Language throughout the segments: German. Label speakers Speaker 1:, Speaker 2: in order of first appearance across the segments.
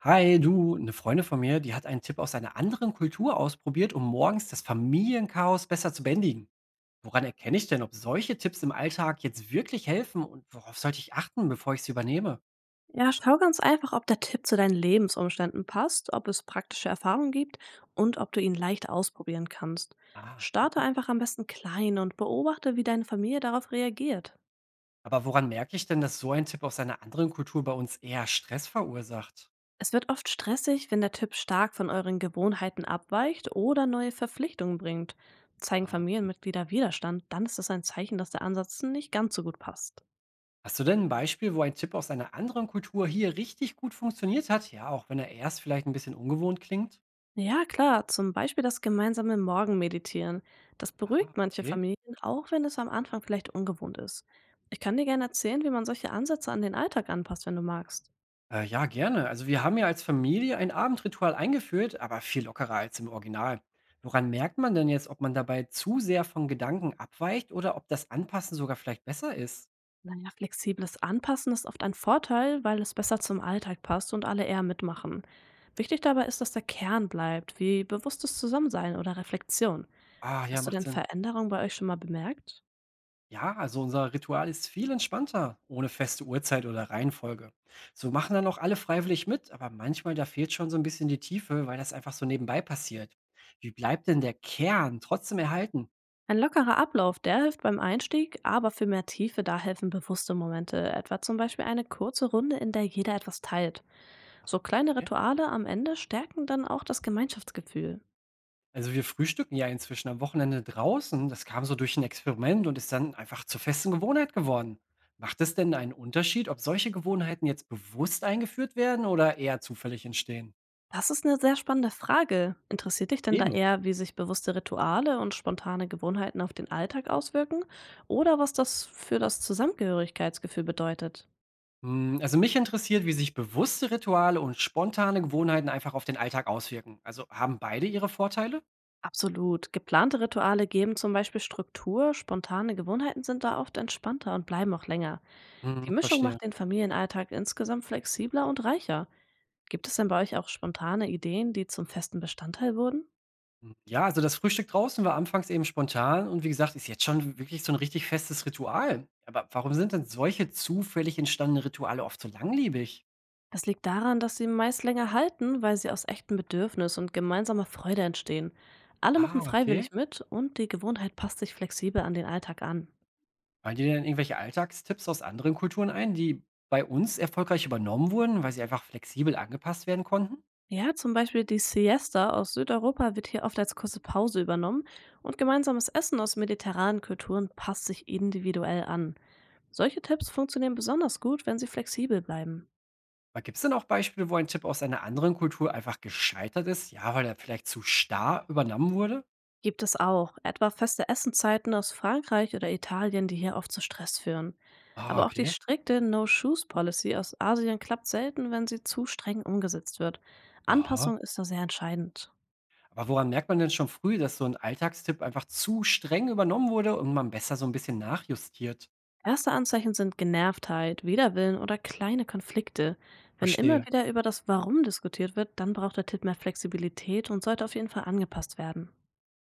Speaker 1: Hi, du, eine Freundin von mir, die hat einen Tipp aus einer anderen Kultur ausprobiert, um morgens das Familienchaos besser zu bändigen. Woran erkenne ich denn, ob solche Tipps im Alltag jetzt wirklich helfen und worauf sollte ich achten, bevor ich sie übernehme?
Speaker 2: Ja, schau ganz einfach, ob der Tipp zu deinen Lebensumständen passt, ob es praktische Erfahrungen gibt und ob du ihn leicht ausprobieren kannst.
Speaker 1: Ah,
Speaker 2: Starte einfach am besten klein und beobachte, wie deine Familie darauf reagiert.
Speaker 1: aber woran merke ich denn, dass so ein Tipp aus einer anderen Kultur bei uns eher Stress verursacht?
Speaker 2: Es wird oft stressig, wenn der Tipp stark von euren Gewohnheiten abweicht oder neue Verpflichtungen bringt. Zeigen
Speaker 1: Ah,
Speaker 2: Familienmitglieder Widerstand, dann ist das ein Zeichen, dass der Ansatz nicht ganz so gut passt.
Speaker 1: hast du denn ein Beispiel, wo ein Tipp aus einer anderen Kultur hier richtig gut funktioniert hat? Ja, auch wenn er erst vielleicht ein bisschen ungewohnt klingt.
Speaker 2: Ja, klar, zum Beispiel das gemeinsame Morgenmeditieren. Das
Speaker 1: Ah,
Speaker 2: beruhigt manche
Speaker 1: okay.
Speaker 2: Familien, auch wenn es am Anfang vielleicht ungewohnt ist. Ich kann dir gerne erzählen, wie man solche Ansätze an den Alltag anpasst, wenn du magst.
Speaker 1: Ja, gerne. Also wir haben ja als Familie ein Abendritual eingeführt, aber viel lockerer als im Original. Woran merkt man denn jetzt, ob man dabei zu sehr von Gedanken abweicht oder ob das Anpassen sogar vielleicht besser ist?
Speaker 2: Naja, flexibles Anpassen ist oft ein Vorteil, weil es besser zum Alltag passt und alle eher mitmachen. Wichtig dabei ist, dass der Kern bleibt, wie bewusstes Zusammensein oder Reflexion.
Speaker 1: Ah, ja,
Speaker 2: Hast du
Speaker 1: macht
Speaker 2: denn
Speaker 1: Sinn.
Speaker 2: Veränderungen bei euch schon mal bemerkt?
Speaker 1: Ja, also unser Ritual ist viel entspannter, ohne feste Uhrzeit oder Reihenfolge. So machen dann auch alle freiwillig mit, aber manchmal da fehlt schon so ein bisschen die Tiefe, weil das einfach so nebenbei passiert. Wie bleibt denn der Kern trotzdem erhalten?
Speaker 2: Ein lockerer Ablauf, der hilft beim Einstieg, aber für mehr Tiefe, da helfen bewusste Momente, etwa zum Beispiel eine kurze Runde, in der jeder etwas teilt. So kleine
Speaker 1: Okay.
Speaker 2: Rituale am Ende stärken dann auch das Gemeinschaftsgefühl.
Speaker 1: Also wir frühstücken ja inzwischen am Wochenende draußen. Das kam so durch ein Experiment und ist dann einfach zur festen Gewohnheit geworden. Macht es denn einen Unterschied, ob solche Gewohnheiten jetzt bewusst eingeführt werden oder eher zufällig entstehen?
Speaker 2: Das ist eine sehr spannende Frage. Interessiert dich denn da
Speaker 1: Eben.
Speaker 2: eher, wie sich bewusste Rituale und spontane Gewohnheiten auf den Alltag auswirken oder was das für das Zusammengehörigkeitsgefühl bedeutet?
Speaker 1: Hm, also mich interessiert, wie sich bewusste Rituale und spontane Gewohnheiten einfach auf den Alltag auswirken. Also haben beide ihre Vorteile?
Speaker 2: Absolut. Geplante Rituale geben zum Beispiel Struktur, spontane Gewohnheiten sind da oft entspannter und bleiben auch länger. Die
Speaker 1: Hm,
Speaker 2: Mischung
Speaker 1: verstehe.
Speaker 2: macht den Familienalltag insgesamt flexibler und reicher. Gibt es denn bei euch auch spontane Ideen, die zum festen Bestandteil wurden?
Speaker 1: Hm, ja, also das Frühstück draußen war anfangs eben spontan und wie gesagt, ist jetzt schon wirklich so ein richtig festes Ritual. Aber warum sind denn solche zufällig entstandenen Rituale oft so langlebig?
Speaker 2: Das liegt daran, dass sie meist länger halten, weil sie aus echtem Bedürfnis und gemeinsamer Freude entstehen. Alle machen
Speaker 1: Ah,
Speaker 2: freiwillig
Speaker 1: okay.
Speaker 2: mit und die Gewohnheit passt sich flexibel an den Alltag an.
Speaker 1: Fallen dir denn irgendwelche Alltagstipps aus anderen Kulturen ein, die bei uns erfolgreich übernommen wurden, weil sie einfach flexibel angepasst werden konnten?
Speaker 2: Ja, zum Beispiel die Siesta aus Südeuropa wird hier oft als kurze Pause übernommen und gemeinsames Essen aus mediterranen Kulturen passt sich individuell an. Solche Tipps funktionieren besonders gut, wenn sie flexibel bleiben.
Speaker 1: Gibt es denn auch Beispiele, wo ein Tipp aus einer anderen Kultur einfach gescheitert ist, ja, weil er vielleicht zu starr übernommen wurde?
Speaker 2: Gibt es auch, etwa feste Essenzeiten aus Frankreich oder Italien, die hier oft zu Stress führen.
Speaker 1: Ah,
Speaker 2: Aber auch die
Speaker 1: okay.
Speaker 2: strikte No-Shoes-Policy aus Asien klappt selten, wenn sie zu streng umgesetzt wird.
Speaker 1: Aha.
Speaker 2: Anpassung ist da sehr entscheidend.
Speaker 1: Aber woran merkt man denn schon früh, dass so ein Alltagstipp einfach zu streng übernommen wurde und man besser so ein bisschen nachjustiert?
Speaker 2: Erste Anzeichen sind Genervtheit, Widerwillen oder kleine Konflikte. Wenn immer
Speaker 1: Verstehe.
Speaker 2: wieder über das Warum diskutiert wird, dann braucht der Tipp mehr Flexibilität und sollte auf jeden Fall angepasst werden.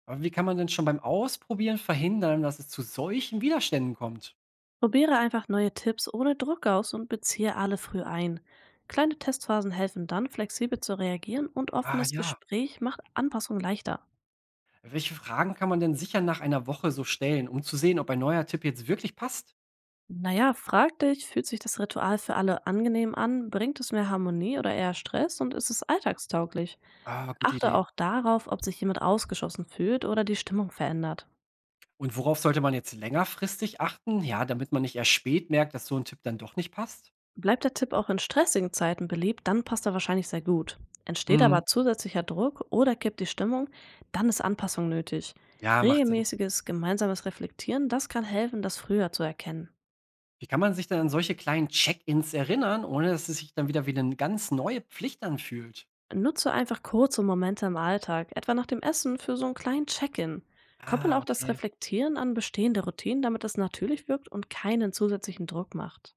Speaker 1: Aber wie kann man denn schon beim Ausprobieren verhindern, dass es zu solchen Widerständen kommt?
Speaker 2: Probiere einfach neue Tipps ohne Druck aus und beziehe alle früh ein. Kleine Testphasen helfen dann, flexibel zu reagieren und
Speaker 1: Ah,
Speaker 2: offenes
Speaker 1: ja.
Speaker 2: Gespräch macht Anpassung leichter.
Speaker 1: Welche Fragen kann man denn sicher nach einer Woche so stellen, um zu sehen, ob ein neuer Tipp jetzt wirklich passt?
Speaker 2: Naja, frag dich, fühlt sich das Ritual für alle angenehm an? Bringt es mehr Harmonie oder eher Stress und ist es alltagstauglich?
Speaker 1: Ah, gute
Speaker 2: Achte
Speaker 1: Idee.
Speaker 2: auch darauf, ob sich jemand ausgeschlossen fühlt oder die Stimmung verändert.
Speaker 1: Und worauf sollte man jetzt längerfristig achten? Ja, damit man nicht erst spät merkt, dass so ein Tipp dann doch nicht passt?
Speaker 2: Bleibt der Tipp auch in stressigen Zeiten beliebt, dann passt er wahrscheinlich sehr gut. Entsteht aber
Speaker 1: Mhm.
Speaker 2: zusätzlicher Druck oder kippt die Stimmung, dann ist Anpassung nötig.
Speaker 1: Ja, macht Sinn.
Speaker 2: Regelmäßiges gemeinsames Reflektieren, das kann helfen, das früher zu erkennen.
Speaker 1: Wie kann man sich denn an solche kleinen Check-ins erinnern, ohne dass es sich dann wieder wie eine ganz neue Pflicht anfühlt?
Speaker 2: Nutze einfach kurze Momente im Alltag, etwa nach dem Essen für so einen kleinen Check-in. Koppel
Speaker 1: Ah,
Speaker 2: auch das
Speaker 1: okay.
Speaker 2: Reflektieren an bestehende Routinen, damit es natürlich wirkt und keinen zusätzlichen Druck macht.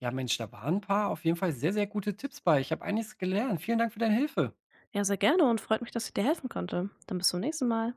Speaker 1: Ja, Mensch, da waren 'n paar auf jeden Fall sehr, sehr gute Tipps bei. Ich habe einiges gelernt. Vielen Dank für deine Hilfe.
Speaker 2: Ja, sehr gerne und freut mich, dass ich dir helfen konnte. Dann bis zum nächsten Mal.